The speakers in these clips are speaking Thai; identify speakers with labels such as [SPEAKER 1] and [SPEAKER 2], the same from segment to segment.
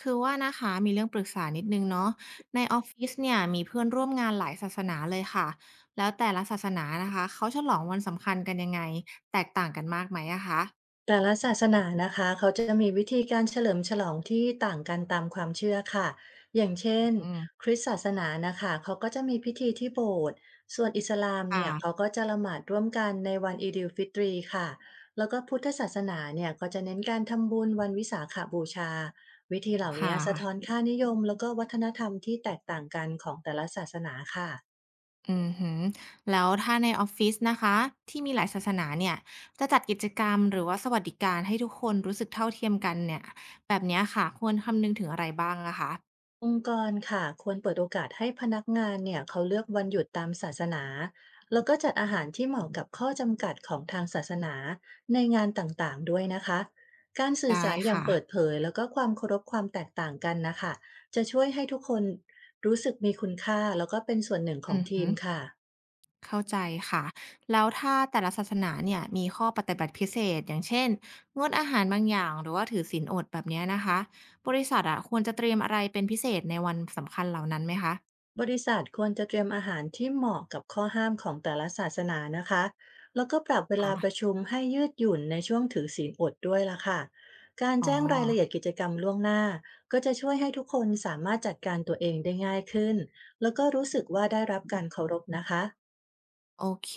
[SPEAKER 1] คือว่านะคะมีเรื่องปรึกษานิดนึงเนาะในออฟฟิศเนี่ยมีเพื่อนร่วมงานหลายศาสนาเลยค่ะแล้วแต่ละศาสนานะคะเขาฉลองวันสำคัญกันยังไงแตกต่างกันมากไหมอะคะ
[SPEAKER 2] แต่ละศาสนานะคะเขาจะมีวิธีการเฉลิมฉลองที่ต่างกันตามความเชื่อค่ะอย่างเช่น
[SPEAKER 1] อืม
[SPEAKER 2] คริสต์ศาสนานะคะเขาก็จะมีพิธีที่โบสถ์ส่วนอิสลามเนี่ยเขา
[SPEAKER 1] ค่ะ
[SPEAKER 2] ก็จะละหมาดร่วมกันในวันอีดิลฟิตรีค่ะแล้วก็พุทธศาสนาเนี่ยก็จะเน้นการทำบุญวันวิสาขบูชาวิธีเหล่า
[SPEAKER 1] ค่ะ
[SPEAKER 2] นี้สะท้อนค่านิยมแล้วก็วัฒนธรรมที่แตกต่างกันของแต่ละศาสนาค่ะ
[SPEAKER 1] อือหือแล้วถ้าในออฟฟิศนะคะที่มีหลายศาสนาเนี่ยจะจัดกิจกรรมหรือว่าสวัสดิการให้ทุกคนรู้สึกเท่าเทียมกันเนี่ยแบบเนี้ยค่ะควรคำนึงถึงอะไรบ้างนะคะ
[SPEAKER 2] องค์กรค่ะควรเปิดโอกาสให้พนักงานเนี่ยเขาเลือกวันหยุดตามศาสนาแล้วก็จัดอาหารที่เหมาะกับข้อจำกัดของทางศาสนาในงานต่างๆด้วยนะคะการสื่อ
[SPEAKER 1] ได้
[SPEAKER 2] สารอย่าง
[SPEAKER 1] ค่ะ
[SPEAKER 2] เปิดเผยแล้วก็ความเคารพความแตกต่างกันนะคะจะช่วยให้ทุกคนรู้สึกมีคุณค่าแล้วก็เป็นส่วนหนึ่งขอ
[SPEAKER 1] อื
[SPEAKER 2] ง
[SPEAKER 1] อ
[SPEAKER 2] ที
[SPEAKER 1] หื
[SPEAKER 2] ม
[SPEAKER 1] อ
[SPEAKER 2] ค่ะ
[SPEAKER 1] เข้าใจค่ะแล้วถ้าแต่ละศาสนาเนี่ยมีข้อปฏิบัติพิเศษอย่างเช่นงดอาหารบางอย่างหรือว่าถือศีลอดแบบเนี้ยนะคะบริษัทอะควรจะเตรียมอะไรเป็นพิเศษในวันสำคัญเหล่านั้นไหมคะ
[SPEAKER 2] บริษัทควรจะเตรียมอาหารที่เหมาะกับข้อห้ามของแต่ละศาสนานะคะ แล้วก็ปรับเวลาประ
[SPEAKER 1] ค่ะ
[SPEAKER 2] ชุมให้ยืดหยุ่นในช่วงถือศีลอดด้วยล่ะค่ะ การ
[SPEAKER 1] อ๋อ
[SPEAKER 2] แจ้งรายละเอียดกิจกรรมล่วงหน้าก็จะช่วยให้ทุกคนสามารถจัดการตัวเองได้ง่ายขึ้น แล้วก็รู้สึกว่าได้รับการเคารพนะคะ
[SPEAKER 1] โอเค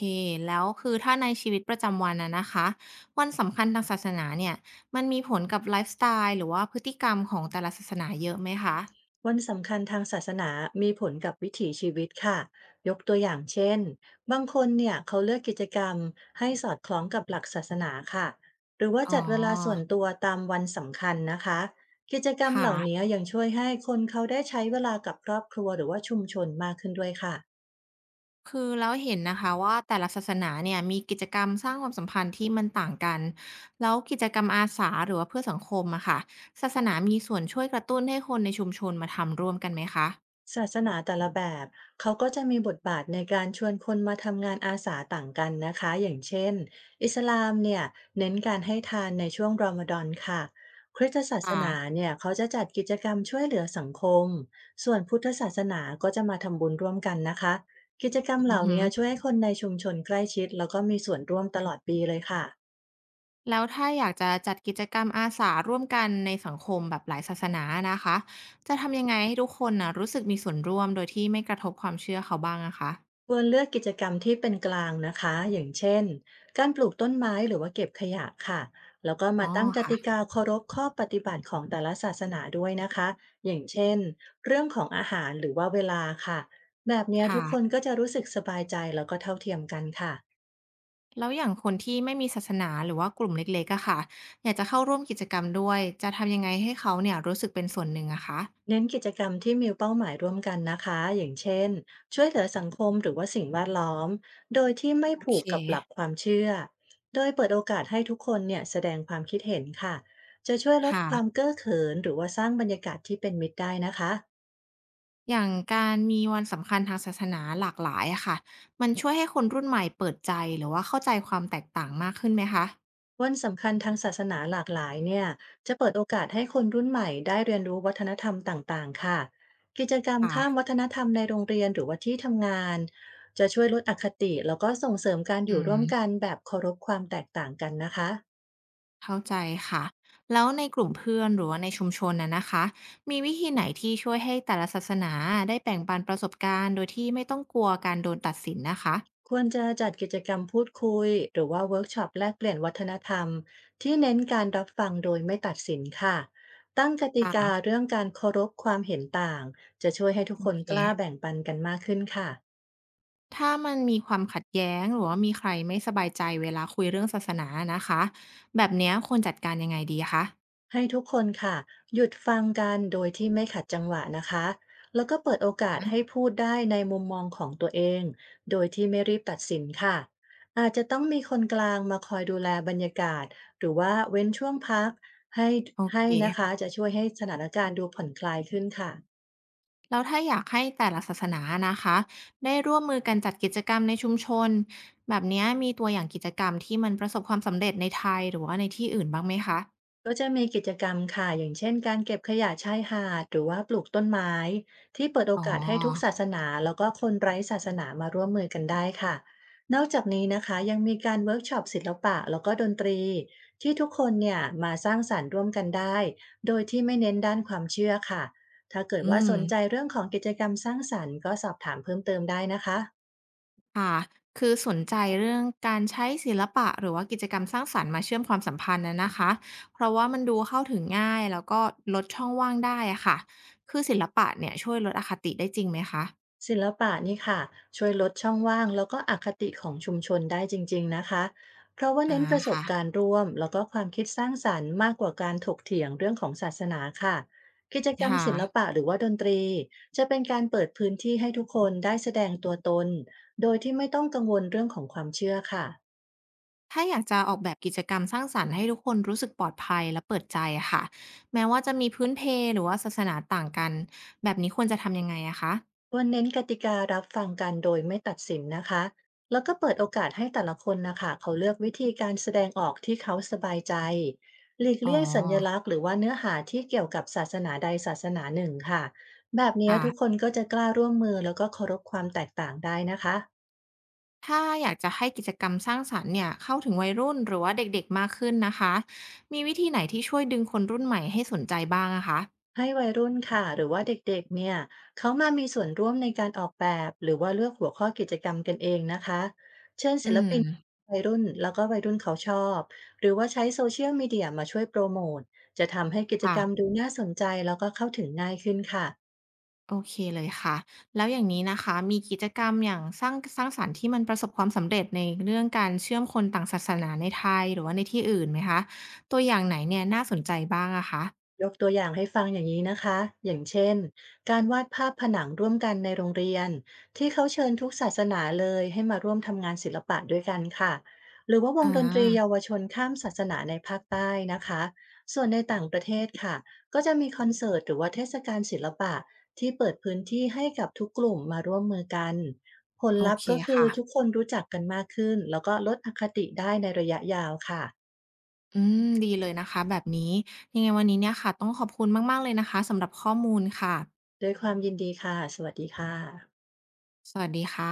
[SPEAKER 1] แล้วคือถ้าในชีวิตประจำวันนะนะคะวันสำคัญทางศาสนาเนี่ยมันมีผลกับไลฟ์สไตล์หรือว่าพฤติกรรมของแต่ละศาสนาเยอะไหมคะ
[SPEAKER 2] วันสำคัญทางศาสนามีผลกับวิถีชีวิตค่ะยกตัวอย่างเช่นบางคนเนี่ยเขาเลือกกิจกรรมให้สอดคล้องกับหลักศาสนาค่ะหรือว่า
[SPEAKER 1] อ๋อ
[SPEAKER 2] จัดเวลาส่วนตัวตามวันสำคัญนะคะ กิจกรรม
[SPEAKER 1] ค่ะ
[SPEAKER 2] เหล่านี้ยังช่วยให้คนเขาได้ใช้เวลากับครอบครัวหรือว่าชุมชนมากขึ้นด้วยค่ะ
[SPEAKER 1] คือแล้วเห็นนะคะว่าแต่ละศาสนาเนี่ยมีกิจกรรมสร้างความสัมพันธ์ที่มันต่างกันแล้วกิจกรรมอาสาหรือว่าเพื่อสังคมอะค่ะศาสนามีส่วนช่วยกระตุ้นให้คนในชุมชนมาทำร่วมกันไหมคะ
[SPEAKER 2] ศาสนาแต่ละแบบเขาก็จะมีบทบาทในการชวนคนมาทำงานอาสาต่างกันนะคะอย่างเช่นอิสลามเนี่ยเน้นการให้ทานในช่วงรอมฎอนค่ะคริสตศาส
[SPEAKER 1] ค่ะ
[SPEAKER 2] นาเนี่ยเขาจะจัดกิจกรรมช่วยเหลือสังคมส่วนพุทธศาสนาก็จะมาทำบุญร่วมกันนะคะกิจกรรมเห
[SPEAKER 1] อือ
[SPEAKER 2] ล่า
[SPEAKER 1] หือ
[SPEAKER 2] นี้ช่วยให้คนในชุมชนใกล้ชิดแล้วก็มีส่วนร่วมตลอดปีเลยค่ะ
[SPEAKER 1] แล้วถ้าอยากจะจัดกิจกรรมอาสาร่วมกันในสังคมแบบหลายศาสนานะคะจะทำยังไงให้ทุกคนนะรู้สึกมีส่วนร่วมโดยที่ไม่กระทบความเชื่อเขาบ้างอะคะ
[SPEAKER 2] ควรเลือกกิจกรรมที่เป็นกลางนะคะอย่างเช่นการปลูกต้นไม้หรือว่าเก็บขยะค่ะแล้วก็
[SPEAKER 1] อ๋
[SPEAKER 2] มา
[SPEAKER 1] อ
[SPEAKER 2] ตั้งก
[SPEAKER 1] ค่ะ
[SPEAKER 2] ติกาเคารพข้อปฏิบัติของแต่ละศาสนาด้วยนะคะอย่างเช่นเรื่องของอาหารหรือว่าเวลาค่ะแบบเนี้ยทุ
[SPEAKER 1] ค่ะ
[SPEAKER 2] กคนก็จะรู้สึกสบายใจแล้วก็เท่าเทียมกันค่ะ
[SPEAKER 1] แล้วอย่างคนที่ไม่มีศาสนาหรือว่ากลุ่มเล็กๆอะค่ะอยากจะเข้าร่วมกิจกรรมด้วยจะทำยังไงให้เขาเนี่ยรู้สึกเป็นส่วนหนึ่งอะคะ
[SPEAKER 2] เน้นกิจกรรมที่มีเป้าหมายร่วมกันนะคะ อย่างเช่น ช่วยเหลือสังคมหรือว่าสิ่งแวดล้อม โดยที่ไม่
[SPEAKER 1] โอ
[SPEAKER 2] ผู
[SPEAKER 1] เค
[SPEAKER 2] กกับหลักความเชื่อ โดยเปิดโอกาสให้ทุกคนเนี่ยแสดงความคิดเห็นค่ะ จะช่วยลด
[SPEAKER 1] ค่ะ
[SPEAKER 2] ความเก้อเขินหรือว่าสร้างบรรยากาศที่เป็นมิตรได้นะคะ
[SPEAKER 1] อย่างการมีวันสำคัญทางศาสนาหลากหลายอะค่ะมันช่วยให้คนรุ่นใหม่เปิดใจหรือว่าเข้าใจความแตกต่างมากขึ้นไหมคะ
[SPEAKER 2] วันสำคัญทางศาสนาหลากหลายเนี่ยจะเปิดโอกาสให้คนรุ่นใหม่ได้เรียนรู้วัฒนธรรมต่างๆค่ะกิจกรรมข้ามวั
[SPEAKER 1] ค่ะ
[SPEAKER 2] ฒนธรรมในโรงเรียนหรือว่าที่ทำงานจะช่วยลดอคติแล้วก็ส่งเสริมการ
[SPEAKER 1] อื
[SPEAKER 2] อยู่ร่วมกั
[SPEAKER 1] ม
[SPEAKER 2] นแบบเคารพความแตกต่างกันนะคะ
[SPEAKER 1] เข้าใจค่ะแล้วในกลุ่มเพื่อนหรือว่าในชุมชนน่ะนะคะมีวิธีไหนที่ช่วยให้แต่ละศาสนาได้แบ่งปันประสบการณ์โดยที่ไม่ต้องกลัวการโดนตัดสินนะคะ
[SPEAKER 2] ควรจะจัดกิจกรรมพูดคุยหรือว่าเวิร์กช็อปแลกเปลี่ยนวัฒนธรรมที่เน้นการรับฟังโดยไม่ตัดสินค่ะตั้งก
[SPEAKER 1] อ่
[SPEAKER 2] ติกา
[SPEAKER 1] า
[SPEAKER 2] เรื่องการเคารพความเห็นต่างจะช่วยให้ทุก
[SPEAKER 1] โอ
[SPEAKER 2] คน
[SPEAKER 1] เค
[SPEAKER 2] กล้าแบ่งปันกันมากขึ้นค่ะ
[SPEAKER 1] ถ้ามันมีความขัดแย้งหรือว่ามีใครไม่สบายใจเวลาคุยเรื่องศาสนานะคะแบบเนี้ยควรจัดการยังไงดีคะ
[SPEAKER 2] ให้ทุกคนค่ะหยุดฟังกันโดยที่ไม่ขัดจังหวะนะคะแล้วก็เปิดโอกาสให้
[SPEAKER 1] อะ
[SPEAKER 2] พูดได้ในมุมมองของตัวเองโดยที่ไม่รีบตัดสินค่ะอาจจะต้องมีคนกลางมาคอยดูแลบรรยากาศหรือว่าเว้นช่วงพักให้
[SPEAKER 1] โอเค
[SPEAKER 2] ให้นะคะจะช่วยให้สถานการณ์ดูผ่อนคลายขึ้นค่ะ
[SPEAKER 1] แล้วถ้าอยากให้แต่ละศาสนานะคะได้ร่วมมือกันจัดกิจกรรมในชุมชนแบบเนี้ยมีตัวอย่างกิจกรรมที่มันประสบความสำเร็จในไทยหรือว่าในที่อื่นบ้างไหมคะ
[SPEAKER 2] ก็จะมีกิจกรรมค่ะอย่างเช่นการเก็บขยะชายหาดหรือว่าปลูกต้นไม้ที่เปิดโอ
[SPEAKER 1] อ๋
[SPEAKER 2] กาสให้ทุก
[SPEAKER 1] อ
[SPEAKER 2] ศาสนาแล้วก็คนไร้ศาสนามาร่วมมือกันได้ค่ะนอกจากนี้นะคะยังมีการเวิร์กช็อปศิลปะแล้วก็ดนตรีที่ทุกคนเนี่ยมาสร้างสรรค์ร่วมกันได้โดยที่ไม่เน้นด้านความเชื่อค่ะถ้าเกิด
[SPEAKER 1] อื
[SPEAKER 2] ว่า
[SPEAKER 1] ม
[SPEAKER 2] สนใจเรื่องของกิจกรรมสร้างสรรค์ก็สอบถามเพิ่มเติมได้นะคะ
[SPEAKER 1] ค่ะคือสนใจเรื่องการใช้ศิลปะหรือว่ากิจกรรมสร้างสรรค์มาเชื่อมความสัมพันธ์นะนะคะเพราะว่ามันดูเข้าถึงง่ายแล้วก็ลดช่องว่างได้อะค่ะคือศิลปะเนี่ยช่วยลดอคติได้จริงไหมคะ
[SPEAKER 2] ศิลปะนี่ค่ะช่วยลดช่องว่างแล้วก็อคติของชุมชนได้จริงๆนะคะเพราะว่า
[SPEAKER 1] อา
[SPEAKER 2] เน้นประสบ
[SPEAKER 1] ค่ะ
[SPEAKER 2] การณ์ร่วมแล้วก็ความคิดสร้างสรรค์มากกว่าการถกเถียงเรื่องของศาสนาค่ะกิจกรรม
[SPEAKER 1] ค่ะ
[SPEAKER 2] ศิลปะหรือว่าดนตรีจะเป็นการเปิดพื้นที่ให้ทุกคนได้แสดงตัวตนโดยที่ไม่ต้องกังวลเรื่องของความเชื่อค่ะ
[SPEAKER 1] ถ้าอยากจะออกแบบกิจกรรมสร้างสรรค์ให้ทุกคนรู้สึกปลอดภัยและเปิดใจอะค่ะแม้ว่าจะมีพื้นเพหรือว่าศาสนาต่างกันแบบนี้ควรจะทำยังไงอะคะ
[SPEAKER 2] ควรเน้นกติการัฟังกันโดยไม่ตัดสินนะคะแล้วก็เปิดโอกาสให้แต่ละคนนะคะเขาเลือกวิธีการแสดงออกที่เขาสบายใจหลีก
[SPEAKER 1] อ๋อ
[SPEAKER 2] เลี่ยงสัญลักษณ์หรือว่าเนื้อหาที่เกี่ยวกับศาสนาใดศาสนาหนึ่งค่ะแบบนี้ทุกค
[SPEAKER 1] ค่ะ
[SPEAKER 2] นก็จะกล้าร่วมมือแล้วก็เคารพความแตกต่างได้นะคะ
[SPEAKER 1] ถ้าอยากจะให้กิจกรรมสร้างสรรค์เนี่ยเข้าถึงวัยรุ่นหรือว่าเด็กๆมากขึ้นนะคะมีวิธีไหนที่ช่วยดึงคนรุ่นใหม่ให้สนใจบ้างอะคะ
[SPEAKER 2] ให้วัยรุ่นค่ะหรือว่าเด็กๆเนี่ยเขามามีส่วนร่วมในการออกแบบหรือว่าเลือกหัวข้อกิจกรรมกันเองนะคะเชิญ
[SPEAKER 1] อื
[SPEAKER 2] ศิล
[SPEAKER 1] ม
[SPEAKER 2] ปินวัยรุ่นแล้วก็วัยรุ่นเขาชอบหรือว่าใช้โซเชียลมีเดียมาช่วยโปรโมทจะทำให้กิจ
[SPEAKER 1] ค่ะ
[SPEAKER 2] กรรมดูน่าสนใจแล้วก็เข้าถึงง่ายขึ้นค่ะ
[SPEAKER 1] โอเคเลยค่ะแล้วอย่างนี้นะคะมีกิจกรรมอย่างสร้างสรรค์ที่มันประสบความสำเร็จในเรื่องการเชื่อมคนต่างศาสนาในไทยหรือว่าในที่อื่นไหมคะตัวอย่างไหนเนี่ยน่าสนใจบ้างอะคะ
[SPEAKER 2] ยกตัวอย่างให้ฟังอย่างนี้นะคะ อย่างเช่น การวาดภาพผนังร่วมกันในโรงเรียนที่เขาเชิญทุกศาสนาเลยให้มาร่วมทำงานศิลปะด้วยกันค่ะหรือว่าวง
[SPEAKER 1] อา
[SPEAKER 2] ดนตรีเยาวชนข้ามศาสนาในภาคใต้นะคะส่วนในต่างประเทศค่ะก็จะมีคอนเสิร์ตหรือว่าเทศกาลศิลปะที่เปิดพื้นที่ให้กับทุกกลุ่มมาร่วมมือกันผล
[SPEAKER 1] โอ
[SPEAKER 2] ลัพ
[SPEAKER 1] เค
[SPEAKER 2] ธ์ก็คือ
[SPEAKER 1] ค่ะ
[SPEAKER 2] ทุกคนรู้จักกันมากขึ้นแล้วก็ลดอคติได้ในระยะยาวค่ะ
[SPEAKER 1] อืมดีเลยนะคะแบบนี้ยังไงวันนี้เนี่ยค่ะต้องขอบคุณมากๆเลยนะคะสำหรับข้อมูลค่ะ
[SPEAKER 2] ด้วยความยินดีค่ะสวัสดีค่ะ
[SPEAKER 1] สวัสดีค่ะ